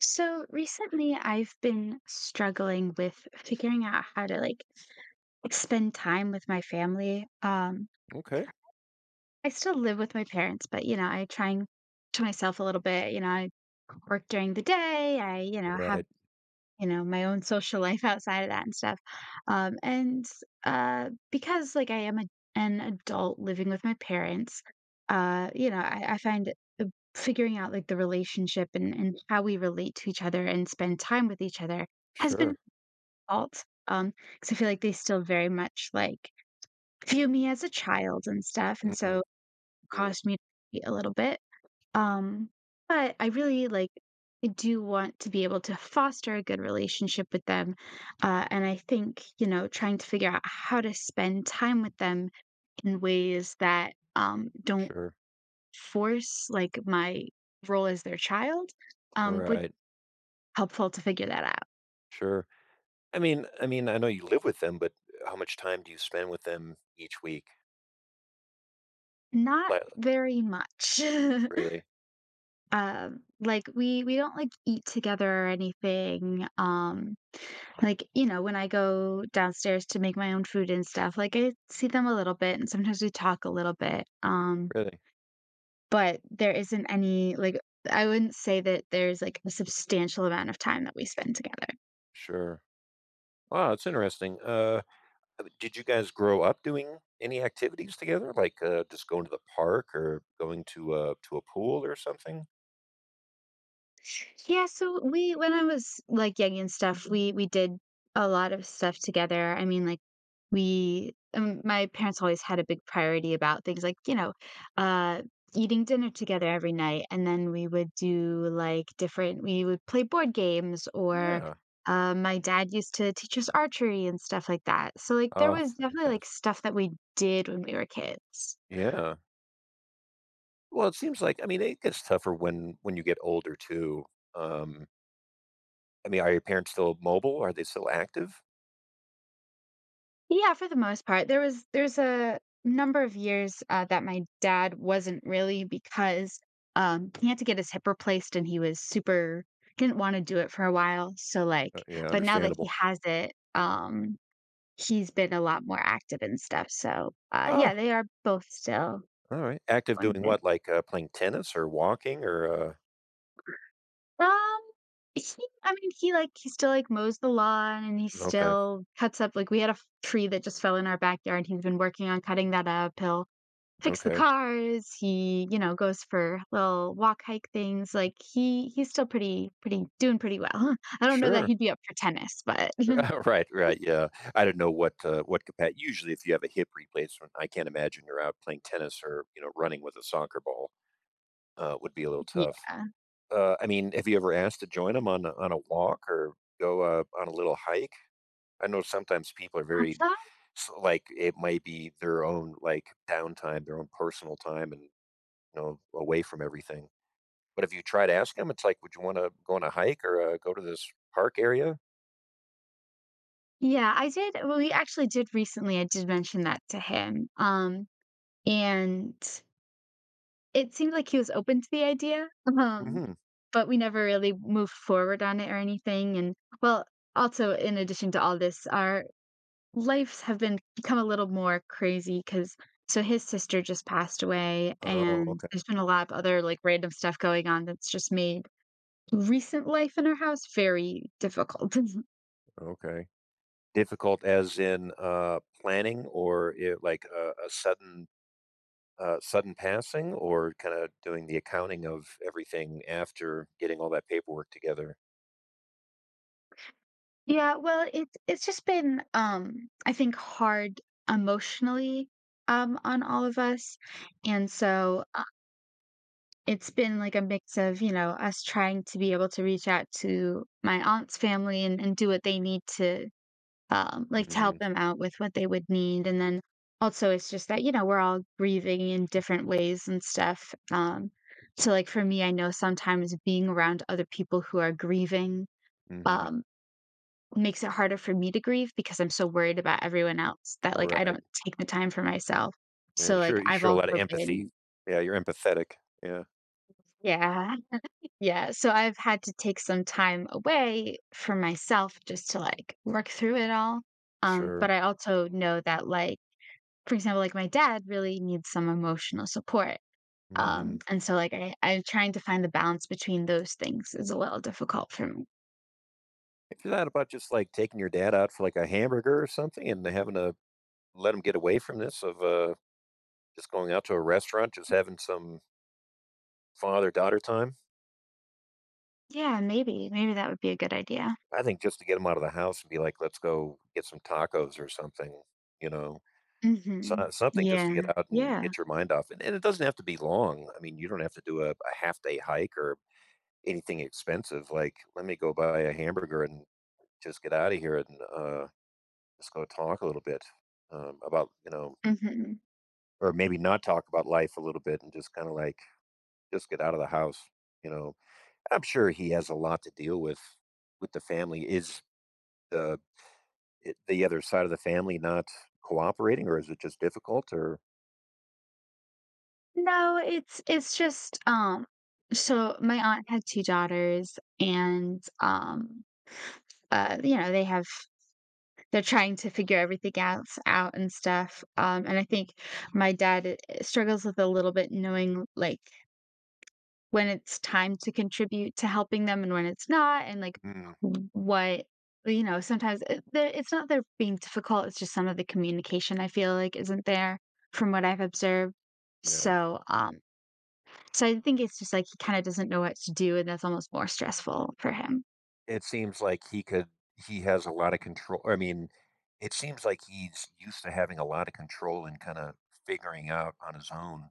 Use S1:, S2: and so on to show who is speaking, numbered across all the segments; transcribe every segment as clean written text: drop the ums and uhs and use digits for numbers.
S1: So recently, I've been struggling with figuring out how to like spend time with my family.
S2: Okay.
S1: I still live with my parents, but I try and to myself a little bit. I work during the day. I have
S2: Right.
S1: my own social life outside of that and stuff. And because like I am an adult living with my parents, I find uh, figuring out like the relationship and how we relate to each other and spend time with each other has been
S2: Sure.
S1: fault. Because I feel like they still very much, like, view me as a child and stuff, and
S2: Mm-mm.
S1: so it
S2: Mm.
S1: caused me to be a little bit. Um, but I really, like, I do want to be able to foster a good relationship with them, and I think, trying to figure out how to spend time with them in ways that, don't
S2: Sure.
S1: force, like, my role as their child, would
S2: Right.
S1: helpful to figure that out.
S2: Sure. I mean, I know you live with them, but how much time do you spend with them each week?
S1: Not
S2: Like,
S1: very much.
S2: really?
S1: Like, we don't, like, eat together or anything, like, when I go downstairs to make my own food and stuff, like, I see them a little bit, and sometimes we talk a little bit,
S2: Really?
S1: but there isn't any, like I wouldn't say that there's, like, a substantial amount of time that we spend together.
S2: Sure. Wow, it's interesting. Did you guys grow up doing any activities together, like just going to the park or going to a pool or something?
S1: Yeah, so we when I was, like, young and stuff, we did a lot of stuff together. I mean, like, We my parents always had a big priority about things like, uh, eating dinner together every night, and then we would do, like, different we would play board games or,
S2: Yeah.
S1: my dad used to teach us archery and stuff like that. So, like, there
S2: Oh,
S1: was definitely,
S2: fantastic.
S1: like, stuff that we did when we were kids.
S2: Yeah. Well, it seems like I mean it gets tougher when you get older too. Um, I mean, are your parents still mobile? Are they still active?
S1: Yeah, for the most part. There's a number of years, that my dad wasn't really because, he had to get his hip replaced and he was super didn't wanna do it for a while, so, like
S2: Yeah,
S1: but now that he
S2: understandable.
S1: has it, he's been a lot more active and stuff, so,
S2: Ah,
S1: yeah, they are both still
S2: all right. Active
S1: going
S2: doing
S1: good.
S2: what? Like playing tennis or walking or
S1: Um, he I mean, he, like he still, like, mows the lawn and he
S2: okay,
S1: still cuts up like, we had a f tree that just fell in our backyard, he's been working on cutting that up, he'll fix the
S2: okay,
S1: cars, he, goes for little walk hike things, like, he's still pretty doing pretty well. I don't know that
S2: sure.
S1: he'd be up for tennis, but
S2: Right, right. Yeah, I don't know what Usually, if you have a hip replacement, I can't imagine you're out playing tennis or you know running with a soccer ball. Would be a little
S1: Yeah.
S2: tough. I mean, have you ever asked to join them on a walk or go on a little hike? I know sometimes people are very
S1: Uh,
S2: s like, it might be their own, like, downtime, their own personal time and away from everything. But if you try to ask them, it's like, "Would you wanna go on a hike or, go to this park area?"
S1: Yeah, I did well, we actually did recently, I did mention that to him, and it seemed like he was open to the idea, um,
S2: "Mhm."
S1: but we never really moved forward on it or anything, and well, also in addition to all this, our Lives have been become a little more crazy because so his sister just passed away,
S2: "Oh,
S1: and
S2: okay,
S1: there's been a lot of other, like, random stuff going on that's just made recent life in our house very difficult.
S2: okay." Difficult as in, planning or it like a sudden passing or kinda doing the accounting of everything after getting all that paperwork together?
S1: Yeah, well, it's just been, I think, hard emotionally, on all of us, and so, it's been like a mix of, us trying to be able to reach out to my aunt's family and do what they need to. Like, to help
S2: Mhm,
S1: them out with what they would need, and then also it's just that, we're all grieving in different ways and stuff, so, like, for me, I know sometimes being around other people who are grieving,
S2: mhm,
S1: um, makes it harder for me to grieve because I'm so worried about everyone else that, like, I
S2: right.
S1: don't take the time for myself.
S2: Yeah,
S1: So, like,
S2: sure, you
S1: I've
S2: show a lot of
S1: also
S2: empathy.
S1: been.
S2: Yeah, you're empathetic. Yeah,
S1: Yeah, yeah, so I've had to take some time away for myself just to, like, work through it all,
S2: sure.
S1: but I also know that, like for example, like my dad really needs some emotional support.
S2: Mhm.
S1: And so like I'm trying to find the balance between those things is a little difficult for me.
S2: Have you thought about just, like, taking your dad out for, like, a hamburger or something and having to let him get away from this of, just going out to a restaurant, just having some father-daughter time?
S1: Yeah, maybe. Maybe that would be a good idea.
S2: I think just to get him out of the house and be like, "Let's go get some tacos or something," you know? So
S1: Hmm.
S2: something just to
S1: Yeah.
S2: get out and
S1: Yeah.
S2: get your mind off, and it doesn't have to be long. I mean, you don't have to do a half-day hike or anything expensive, like, "Let me go buy a hamburger and just get out of here and just go talk a little bit about
S1: Hmm.
S2: or maybe not talk about life a little bit and just kind of like just get out of the house." You know, I'm sure he has a lot to deal with the family. Is the the other side of the family not cooperating, or is it just difficult? Or
S1: No, it's just so my aunt had two daughters and uh, you know they have they're trying to figure everything else out and stuff, and I think my dad, struggles with a little bit knowing like when it's time to contribute to helping them and when it's not and like
S2: mm,
S1: what sometimes it's not they're being difficult, it's just some of the communication I feel like isn't there from what I've observed,
S2: yeah,
S1: so so I think it's just like he kind of doesn't know what to do and that's almost more stressful for him.
S2: it seems like he could. He has a lot of control. I mean, it seems like he's used to having a lot of control and kind of figuring out on his own.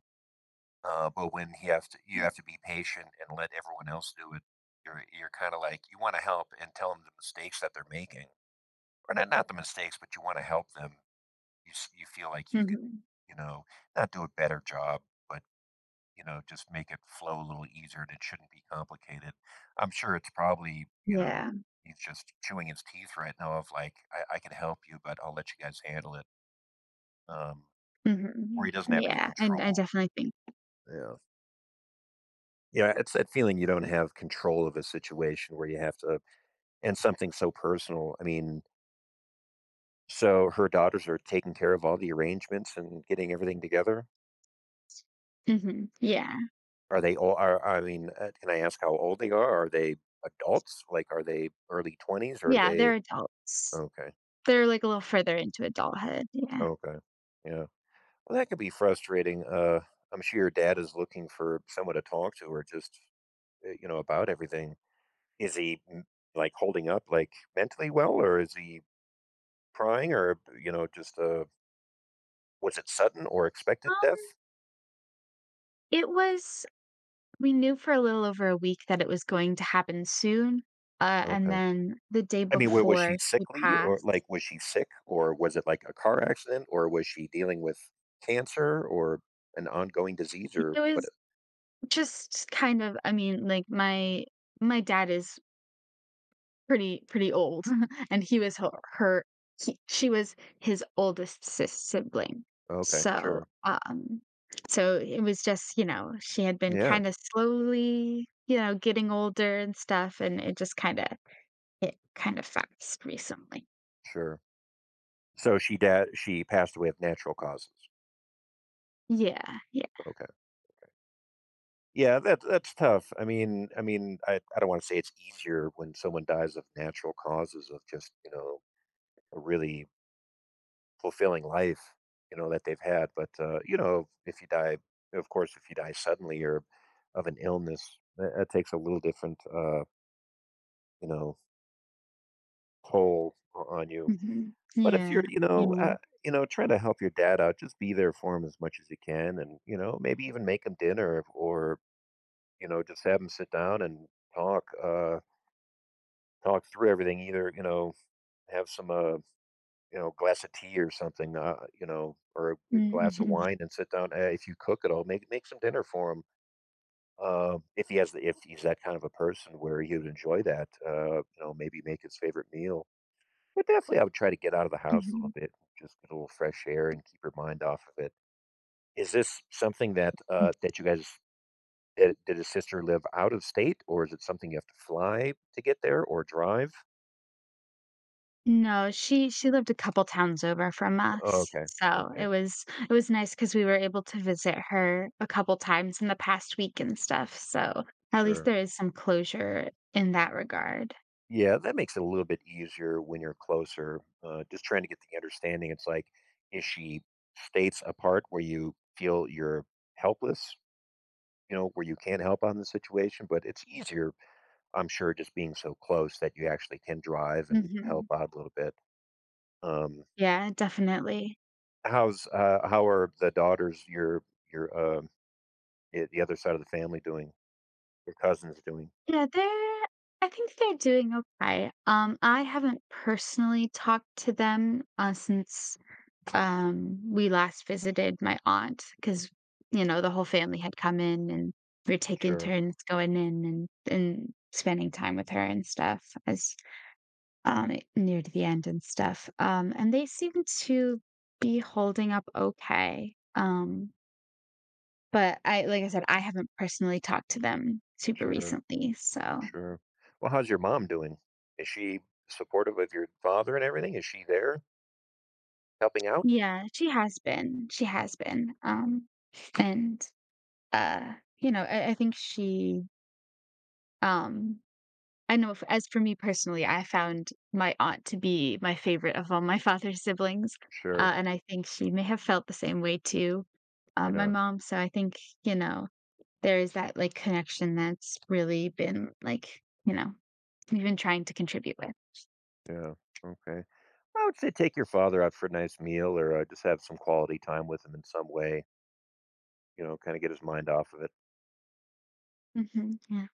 S2: But when he have to, you have to be patient and let everyone else do it. You're kind of like you want to help and tell them the mistakes that they're making, or not the mistakes, but you want to help them. You feel like you could,
S1: Hmm.
S2: you know, not do a better job, but just make it flow a little easier, and it shouldn't be complicated. I'm sure it's probably
S1: Yeah.
S2: he's just chewing his teeth right now of like I can help you, but I'll let you guys handle it. Um, where
S1: Hmm.
S2: he doesn't have any
S1: Yeah, and I
S2: control.
S1: definitely think.
S2: Yeah. It's that feeling you don't have control of a situation where you have to and something so personal. I mean, so her daughters are taking care of all the arrangements and getting everything together?
S1: Hmm. Yeah.
S2: Are they all are, I mean, can I ask how old they are? Are they adults? Like, are they early 20s or are
S1: Yeah,
S2: they?
S1: they're adults.
S2: Okay.
S1: They're like a little further into adulthood, yeah.
S2: Okay. Yeah. Well, that could be frustrating. I'm sure your dad is looking for someone to talk to or just, about everything. Is he like holding up like mentally well or is he crying or, just, was it sudden or expected
S1: um
S2: death?
S1: it was We knew for a little over a week that it was going to happen soon, and
S2: Okay.
S1: then the day
S2: I mean, wa was she
S1: before she
S2: sickly or
S1: passed,
S2: like, was she sick, or was it like a car accident, or was she dealing with cancer or an ongoing disease
S1: it
S2: or what?
S1: was just kind of, I mean, like, my dad is pretty old, and he was her, he she was his oldest sis sibling.
S2: Okay,
S1: So,
S2: sure.
S1: so it was just, she had been
S2: Yeah,
S1: kinda slowly, getting older and stuff, and it just kinda hit kinda fast recently.
S2: sure. So she passed away of natural causes.
S1: Yeah, yeah.
S2: Okay. Yeah, that's tough. I mean, I don't wanna say it's easier when someone dies of natural causes of just, a really fulfilling life, that they've had. But, if you die, of course, if you die suddenly or of an illness, that takes a little different, you know, toll on you.
S1: Mhm.
S2: But if
S1: Yeah,
S2: you're,
S1: yeah.
S2: trying to help your dad out, just be there for him as much as you can, and maybe even make him dinner, or just have him sit down and talk, uh, talk through everything. Either have some glass of tea or something, or a
S1: Mm,
S2: glass of
S1: mhm,
S2: wine and sit down. Hey, if you cook it all, make some dinner for him. If he's that kind of a person where he would enjoy that, maybe make his favorite meal. But definitely, I would try to get out of the house a little
S1: mhm.
S2: bit, just get a little fresh air and keep your mind off of it. Is this something that
S1: Mm.
S2: uh, that you guys did his sister live out of state, or is it something you have to fly to get there or drive?
S1: No, she lived a couple towns over from
S2: Oh,
S1: us,
S2: okay,
S1: so
S2: okay,
S1: it was nice because we were able to visit her a couple times in the past week and stuff, so at least
S2: sure.
S1: there is some closure in that regard.
S2: Yeah, that makes it a little bit easier when you're closer. Just trying to get the understanding. It's like, is she states apart where you feel you're helpless, where you can't help on the situation? But it's easier, I'm sure, just being so close that you actually can drive and help
S1: Mhm.
S2: out a little bit. Um,
S1: Yeah, definitely.
S2: how are the daughters, your the other side of the family doing? Your cousins doing?
S1: Yeah, they're I think they're doing okay. I haven't personally talked to them, since, we last visited my aunt because the whole family had come in, and we were taking
S2: Sure,
S1: turns going in and spending time with her and stuff as, it near to the end and stuff. And they seem to be holding up okay. But I like I said, I haven't personally talked to them super
S2: sure.
S1: recently, so
S2: Sure. Well, how's your mom doing? Is she supportive of your father and everything? Is she there helping out?
S1: Yeah, she has been, and, uh, I think she, um I know f as for me personally, I found my aunt to be my favorite of all my father's siblings. Mm.
S2: Sure.
S1: And I think she may have felt the same way too, my
S2: Yeah.
S1: mom, so I think, you know, there is that, like, connection that's really been, like, we've been trying to contribute with.
S2: Yeah. Okay. I would say take your father out for a nice meal or just have some quality time with him in some way, kind of get his mind off of it.
S1: Mhm. Yeah.